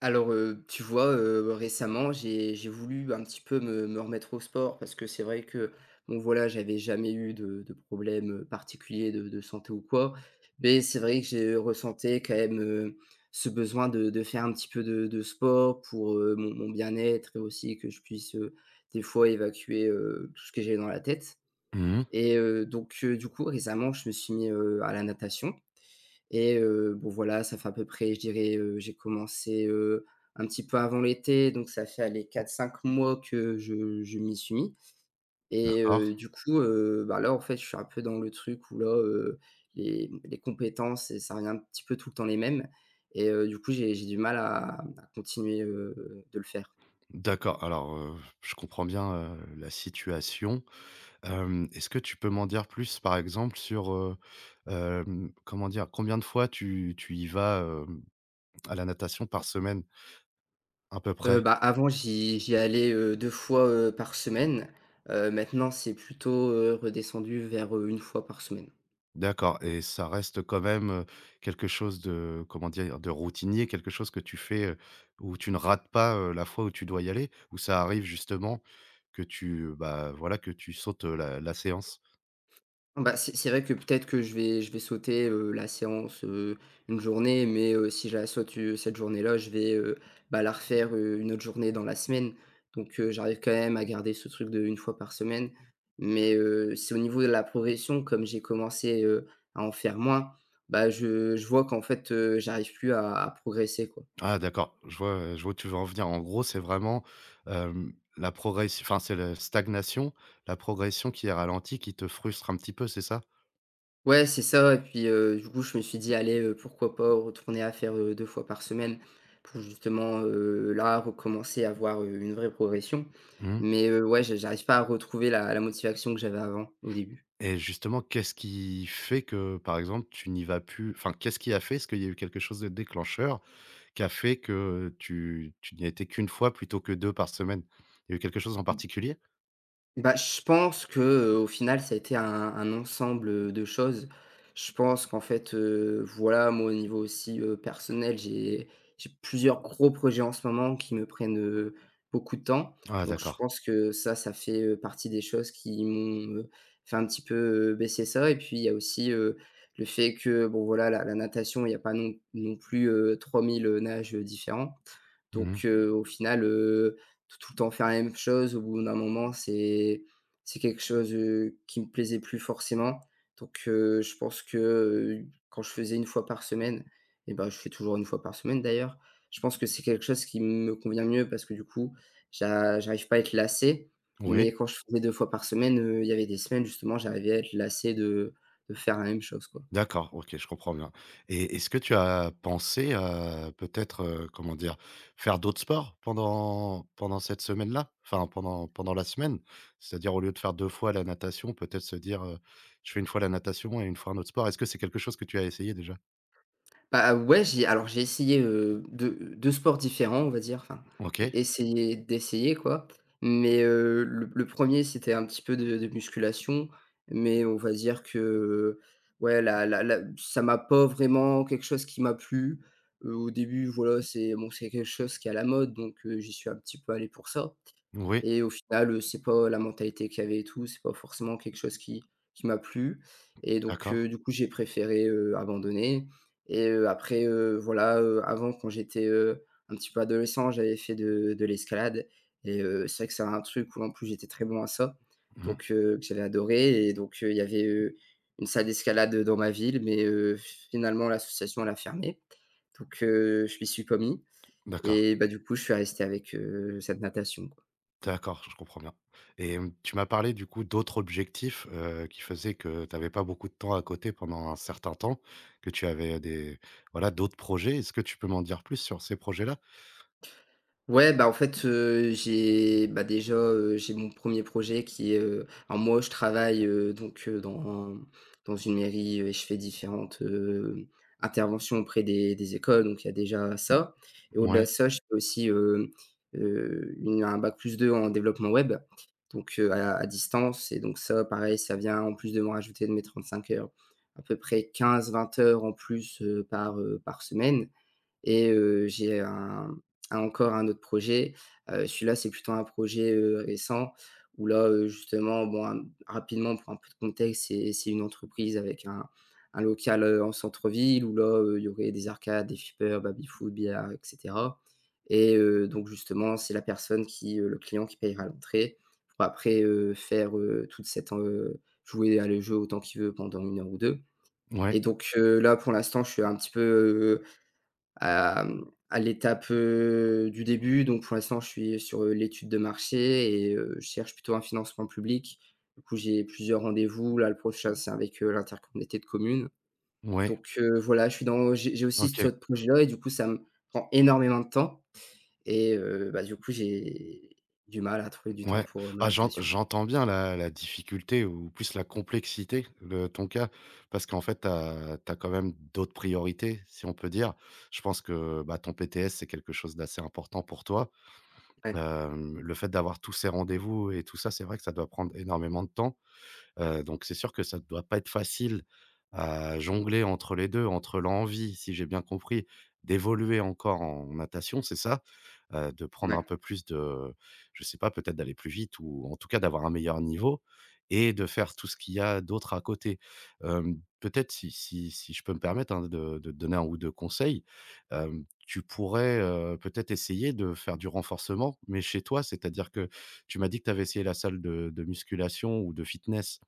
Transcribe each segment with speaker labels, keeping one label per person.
Speaker 1: Alors, tu vois, récemment, j'ai voulu un petit peu me remettre au sport parce que c'est vrai que, bon, voilà, j'avais jamais eu de problème, particulier de santé ou quoi. Mais c'est vrai que j'ai ressenti quand même, ce besoin de faire un petit peu de sport pour, mon bien-être et aussi que je puisse, des fois évacuer, tout ce que j'ai dans la tête
Speaker 2: Mmh.
Speaker 1: et donc du coup récemment je me suis mis, à la natation. Et bon voilà, ça fait à peu près, je dirais, j'ai commencé, un petit peu avant l'été, donc ça fait les quatre cinq mois que je m'y suis mis. Et
Speaker 2: D'accord,
Speaker 1: du coup, bah, là, en fait, je suis un peu dans le truc où là, les compétences et ça revient un petit peu tout le temps les mêmes. Et du coup, j'ai du mal à continuer, de le faire.
Speaker 2: d'accord. Alors, je comprends bien, la situation. Est-ce que tu peux m'en dire plus, par exemple, sur, comment dire? Combien de fois tu y vas, à la natation par semaine, à peu près?
Speaker 1: Bah, avant, j'y allais, 2 fois, par semaine. Maintenant, c'est plutôt, redescendu vers, 1 fois par semaine.
Speaker 2: D'accord, et ça reste quand même, quelque chose de, comment dire? De routinier, quelque chose que tu fais, où tu ne rates pas, la fois où tu dois y aller? Où ça arrive justement que tu, bah, voilà, que tu sautes, la séance?
Speaker 1: Bah, c'est vrai que peut-être que je vais sauter, la séance, une journée, mais si je la saute, cette journée-là, je vais, bah, la refaire, une autre journée dans la semaine. Donc j'arrive quand même à garder ce truc de 1 fois par semaine. Mais c'est au niveau de la progression, comme j'ai commencé, à en faire moins, bah, je vois qu'en fait, j'arrive plus à progresser, quoi.
Speaker 2: Ah, d'accord, je vois où tu veux en venir. En gros, c'est vraiment, la progression, enfin, c'est la stagnation, la progression qui est ralentie, qui te frustre un petit peu, c'est ça?
Speaker 1: Ouais, c'est ça. Et puis, du coup, je me suis dit: «Allez, pourquoi pas retourner à faire, 2 fois par semaine ?» Pour justement, là, recommencer à avoir, une vraie progression,
Speaker 2: Mmh.
Speaker 1: mais ouais, je j'arrive pas à retrouver la motivation que j'avais avant, au début.
Speaker 2: Et justement, qu'est-ce qui fait que, par exemple, tu n'y vas plus? Enfin, qu'est-ce qui a fait? Est-ce qu'il y a eu quelque chose de déclencheur qui a fait que tu n'y étais qu'une fois plutôt que 2 par semaine? Il y a eu quelque chose en particulier?
Speaker 1: Bah, je pense que, au final, ça a été un ensemble, de choses. Je pense qu'en fait, voilà, moi, au niveau aussi, personnel, j'ai plusieurs gros projets en ce moment qui me prennent, beaucoup de temps.
Speaker 2: Ah,
Speaker 1: Donc je
Speaker 2: d'accord.
Speaker 1: pense que ça fait, partie des choses qui m'ont, fait un petit peu, baisser ça. Et puis il y a aussi, le fait que, bon, voilà, la natation, il n'y a pas non plus, 3 000, nages, différents.
Speaker 2: Mmh.
Speaker 1: Donc au final, tout le temps faire la même chose, au bout d'un moment, c'est quelque chose, qui me plaisait plus forcément. Donc je pense que, quand je faisais 1 fois par semaine, et ben je fais toujours 1 fois par semaine d'ailleurs, je pense que c'est quelque chose qui me convient mieux parce que du coup, j'arrive pas à être lassé.
Speaker 2: Oui.
Speaker 1: Mais quand je faisais 2 fois par semaine, il y avait des semaines justement, j'arrivais à être lassé de faire la même chose, quoi.
Speaker 2: D'accord, OK, je comprends bien. Et est-ce que tu as pensé à peut-être, comment dire? Faire d'autres sports pendant cette semaine-là? Enfin, pendant la semaine? C'est-à-dire au lieu de faire 2 fois la natation, peut-être se dire, «Je fais une fois la natation et une fois un autre sport». Est-ce que c'est quelque chose que tu as essayé déjà?
Speaker 1: Bah, ouais, j'ai alors j'ai essayé, 2 sports différents, on va dire, enfin, é
Speaker 2: OK,
Speaker 1: essayer d'essayer quoi, mais, le 1 c'était un petit peu de musculation, mais on va dire que, ouais, la ça m'a pas vraiment quelque chose qui m'a plu. Au début, voilà, c'est bon, c'est quelque chose qui est à la mode, donc, j'y suis un petit peu allé pour ça.
Speaker 2: oui,
Speaker 1: Et au final, c'est pas la mentalité qu'il y avait et tout, c'est pas forcément quelque chose qui m'a plu. Et donc
Speaker 2: d'accord.
Speaker 1: du coup, j'ai préféré, abandonner. Et après, voilà, avant quand j'étais, un petit peu adolescent, j'avais fait de l'escalade. Et c'est vrai que c'est un truc où en plus j'étais très bon à ça,
Speaker 2: Mmh,
Speaker 1: donc que j'avais adoré. Et donc il y avait, une salle d'escalade dans ma ville, mais finalement l'association elle a fermé. Donc je m'y suis pas mis
Speaker 2: d'accord.
Speaker 1: et bah, du coup, je suis resté avec, cette natation.
Speaker 2: D'accord, je comprends bien. Et tu m'as parlé du coup d'autres objectifs, qui faisaient que tu avais pas beaucoup de temps à côté pendant un certain temps, que tu avais des voilà, d'autres projets. Est-ce que tu peux m'en dire plus sur ces projets-là?
Speaker 1: Ouais, bah, en fait, déjà, j'ai mon premier projet qui est, alors moi, je travaille, donc dans une mairie, et je fais différentes, interventions auprès des écoles, donc il y a déjà ça. Et au-delà
Speaker 2: Ouais,
Speaker 1: de ça, je fais aussi, une un bac+2 en développement web, donc à distance. Et donc ça, pareil, ça vient en plus de me rajouter de mes 35 heures, à peu près 15-20 heures en plus, par semaine. Et j'ai un encore un autre projet, celui-là, c'est plutôt un projet, récent où là, justement, bon, rapidement pour un peu de contexte, c'est une entreprise avec un local, en centre-ville où là, il y aurait des arcades, des flippers, baby-foot, billard et cetera. Et donc justement, c'est la personne qui, le client qui payera l'entrée pour après, faire, toute cette en jouer à le jeu autant qu'il veut pendant une heure ou 2.
Speaker 2: ouais,
Speaker 1: Et donc là, pour l'instant, je suis un petit peu, à l'étape, du début. Donc pour l'instant, je suis sur, l'étude de marché. Et je cherche plutôt un financement public. Du coup, j'ai plusieurs rendez-vous. Là, le prochain, c'est avec, l'intercommunauté de communes.
Speaker 2: ouais,
Speaker 1: Donc voilà, je suis dans j'ai aussi ce
Speaker 2: OK,
Speaker 1: projet-là. Et du coup, ça me prend énormément de temps. Et bah, du coup, j'ai du mal à trouver du temps
Speaker 2: ouais.
Speaker 1: pour, ma
Speaker 2: Ah,
Speaker 1: natation.
Speaker 2: j'entends bien la difficulté ou plus la complexité de ton cas, parce qu'en fait, tu as quand même d'autres priorités, si on peut dire. Je pense que, bah, ton PTS, c'est quelque chose d'assez important pour toi.
Speaker 1: Ouais,
Speaker 2: Le fait d'avoir tous ces rendez-vous et tout ça, c'est vrai que ça doit prendre énormément de temps. Donc c'est sûr que ça ne doit pas être facile à jongler entre les 2, entre l'envie, si j'ai bien compris, d'évoluer encore en natation, c'est ça? De prendre
Speaker 1: ouais.
Speaker 2: un peu plus de, je sais pas, peut-être d'aller plus vite ou en tout cas d'avoir un meilleur niveau et de faire tout ce qu'il y a d'autre à côté. Peut-être si je peux me permettre, hein, de te donner un ou 2 conseils, tu pourrais, peut-être essayer de faire du renforcement, mais chez toi. C'est-à-dire que tu m'as dit que tu avais essayé la salle de musculation ou de fitness.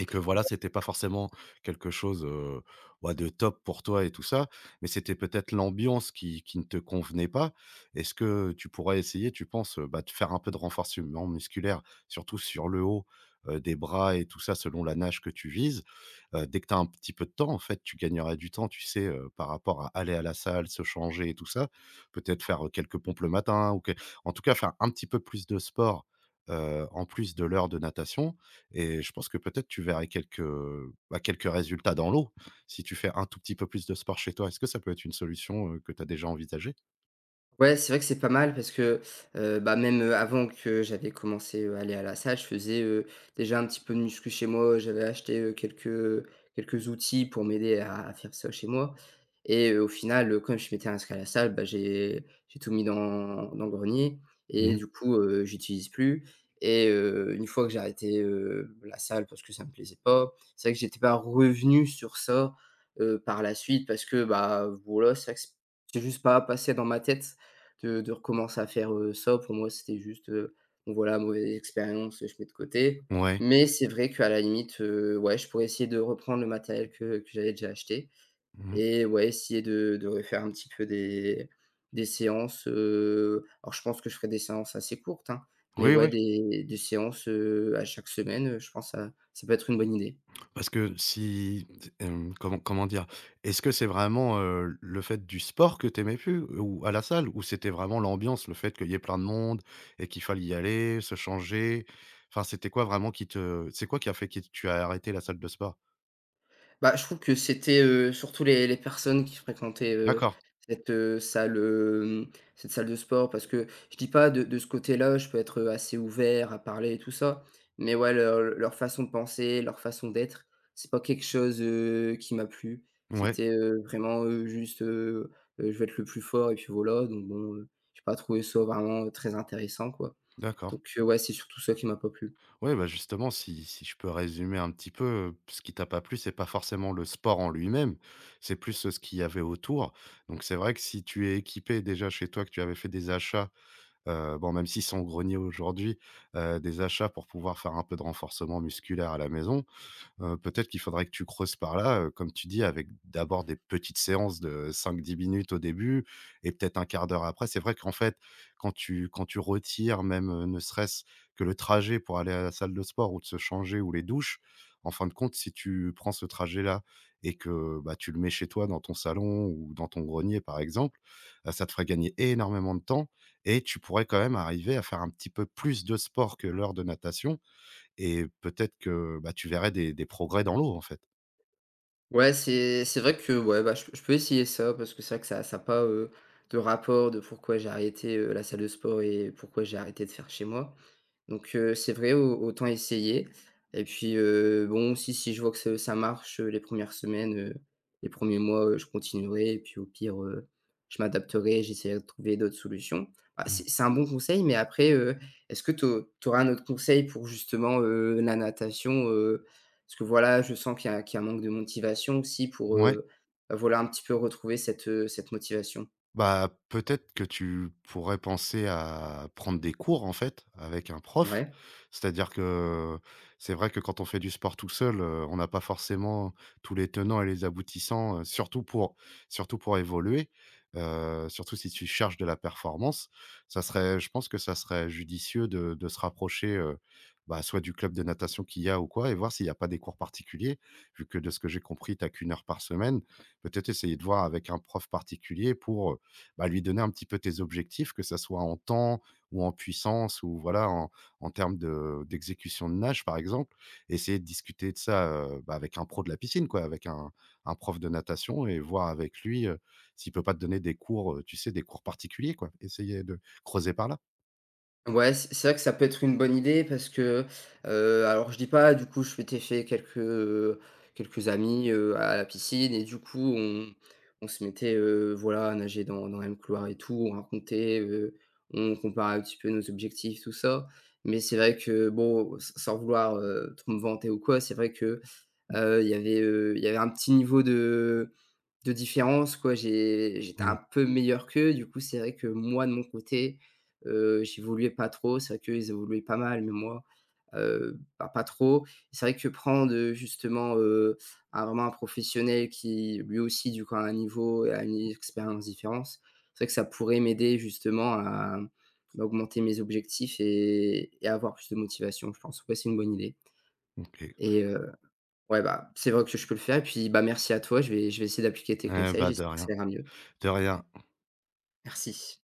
Speaker 2: Et que voilà, c'était pas forcément quelque chose, bah, de top pour toi et tout ça, mais c'était peut-être l'ambiance qui ne te convenait pas. Est-ce que tu pourrais essayer, tu penses, bah, de faire un peu de renforcement musculaire, surtout sur le haut, des bras et tout ça selon la nage que tu vises? Dès que tu as un petit peu de temps, en fait, tu gagnerais du temps, tu sais, par rapport à aller à la salle, se changer et tout ça. Peut-être faire, quelques pompes le matin ou que en tout cas, faire un petit peu plus de sport, en plus de l'heure de natation, et je pense que peut-être tu verrais quelques, bah, quelques résultats dans l'eau, si tu fais un tout petit peu plus de sport chez toi. Est-ce que ça peut être une solution, que tu as déjà envisagée?
Speaker 1: Ouais, c'est vrai que c'est pas mal parce que, bah, même, avant que j'avais commencé, à aller à la salle, je faisais, déjà un petit peu de muscu chez moi. J'avais acheté, quelques outils pour m'aider à faire ça chez moi. Et au final, comme je m'étais inscrit à la salle, bah, j'ai tout mis dans le grenier. Et
Speaker 2: Mmh.
Speaker 1: du coup, j'utilise plus. Et une fois que j'ai arrêté, la salle parce que ça me plaisait pas, c'est vrai que j'étais pas revenu sur ça, par la suite parce que, bah, voilà, c'est vrai que c'est juste pas passé dans ma tête de recommencer à faire, ça. Pour moi, c'était juste, bon voilà, mauvaise expérience, je mets de côté.
Speaker 2: Ouais.
Speaker 1: Mais c'est vrai qu'à la limite, ouais, je pourrais essayer de reprendre le matériel que j'avais déjà acheté,
Speaker 2: Mmh.
Speaker 1: et ouais, essayer de refaire un petit peu des séances, alors je pense que je ferai des séances assez courtes, hein, mais
Speaker 2: Oui,
Speaker 1: ouais,
Speaker 2: oui.
Speaker 1: des séances, à chaque semaine, je pense que ça peut être une bonne idée.
Speaker 2: Parce que si comment dire? Est-ce que c'est vraiment, le fait du sport que tu aimais plus ou à la salle? Ou c'était vraiment l'ambiance, le fait qu'il y ait plein de monde et qu'il fallait y aller, se changer? Enfin, c'est quoi qui a fait que tu as arrêté la salle de sport?
Speaker 1: Bah, je trouve que c'était, surtout les personnes qui fréquentaient,
Speaker 2: D'accord,
Speaker 1: cette, salle, cette salle de sport, parce que je dis pas de ce côté-là, je peux être, assez ouvert à parler et tout ça, mais ouais, leur façon de penser, leur façon d'être, c'est pas quelque chose, qui m'a plu.
Speaker 2: ouais,
Speaker 1: C'était, vraiment, juste, je vais être le plus fort et puis voilà, donc bon, j'ai pas trouvé ça vraiment, très intéressant, quoi.
Speaker 2: d'accord.
Speaker 1: Donc ouais, c'est surtout ça qui m'a pas plu.
Speaker 2: Ouais, bah, justement, si je peux résumer un petit peu, ce qui t'a pas plu, c'est pas forcément le sport en lui-même, c'est plus, ce qu'il y avait autour. Donc c'est vrai que si tu es équipé déjà chez toi, que tu avais fait des achats. Bon, même s'ils sont grogniers aujourd'hui, des achats pour pouvoir faire un peu de renforcement musculaire à la maison, peut-être qu'il faudrait que tu creuses par là, comme tu dis, avec d'abord des petites séances de cinq-dix minutes au début et peut-être un quart d'heure après. C'est vrai qu'en fait, quand tu retires même, ne serait-ce que le trajet pour aller à la salle de sport ou de se changer ou les douches, en fin de compte, si tu prends ce trajet-là et que, bah, tu le mets chez toi dans ton salon ou dans ton grenier, par exemple, ça te ferait gagner énormément de temps et tu pourrais quand même arriver à faire un petit peu plus de sport que l'heure de natation, et peut-être que, bah, tu verrais des progrès dans l'eau, en fait.
Speaker 1: Ouais, c'est vrai que, ouais, bah, je peux essayer ça, parce que c'est vrai que ça pas, de rapport de pourquoi j'ai arrêté, la salle de sport et pourquoi j'ai arrêté de faire chez moi. Donc c'est vrai, au autant essayer. Et puis, bon, si je vois que ce ça marche, les premières semaines, les premiers mois, je continuerai, et puis au pire, je m'adapterai, j'essaierai de trouver d'autres solutions. Bah,
Speaker 2: Mmh.
Speaker 1: c'est un bon conseil, mais après, est-ce que tu auras un autre conseil pour justement, la natation, parce que voilà, je sens qu'il y a un manque de motivation aussi pour,
Speaker 2: Ouais.
Speaker 1: bah, voilà, un petit peu retrouver cette, cette motivation.
Speaker 2: Bah, peut-être que tu pourrais penser à prendre des cours, en fait, avec un prof.
Speaker 1: Ouais.
Speaker 2: C'est-à-dire que c'est vrai que quand on fait du sport tout seul, on n'a pas forcément tous les tenants et les aboutissants, surtout pour évoluer, surtout si tu cherches de la performance. Ça serait Je pense que ça serait judicieux de se rapprocher, bah, soit du club de natation qu'il y a ou quoi, et voir s'il n'y a pas des cours particuliers. Vu que de ce que j'ai compris, tu qu'une heure par semaine, peut-être essayer de voir avec un prof particulier pour, bah, lui donner un petit peu tes objectifs, que ça soit en temps ou en puissance ou voilà, en, en termes de d'exécution de nage, par exemple. Essayer de discuter de ça, bah, avec un pro de la piscine, quoi, avec un prof de natation et voir avec lui, s'il peut pas te donner des cours, tu sais, des cours particuliers, quoi. Essayer de creuser par là.
Speaker 1: Ouais, c'est vrai que ça peut être une bonne idée parce que, alors je dis pas, du coup je m'étais fait quelques, quelques amis, à la piscine, et du coup on se mettait, voilà, à nager dans le même couloir et tout, on racontait, on comparait un petit peu nos objectifs, tout ça. Mais c'est vrai que bon, sans vouloir, trop me vanter ou quoi, c'est vrai que, il y avait un petit niveau de différence, quoi, j'étais
Speaker 2: Mmh.
Speaker 1: un peu meilleur qu'eux. Du coup, c'est vrai que moi, de mon côté, j'évoluais pas trop. C'est vrai qu'eux, ils évoluaient pas mal, mais moi, bah, pas trop. C'est vrai que prendre, justement, un vraiment un professionnel qui, lui aussi, du coup, a un niveau et a une expérience différente, c'est vrai que ça pourrait m'aider justement à, bah, augmenter mes objectifs et avoir plus de motivation, je pense. Ouais, c'est une bonne idée.
Speaker 2: OK.
Speaker 1: Et ouais, bah, c'est vrai que je peux le faire, et puis, bah, merci à toi. Je vais essayer d'appliquer tes
Speaker 2: Eh
Speaker 1: conseils.
Speaker 2: bah, de
Speaker 1: J'espère que
Speaker 2: rien,
Speaker 1: ça ira mieux.
Speaker 2: de rien.
Speaker 1: Merci.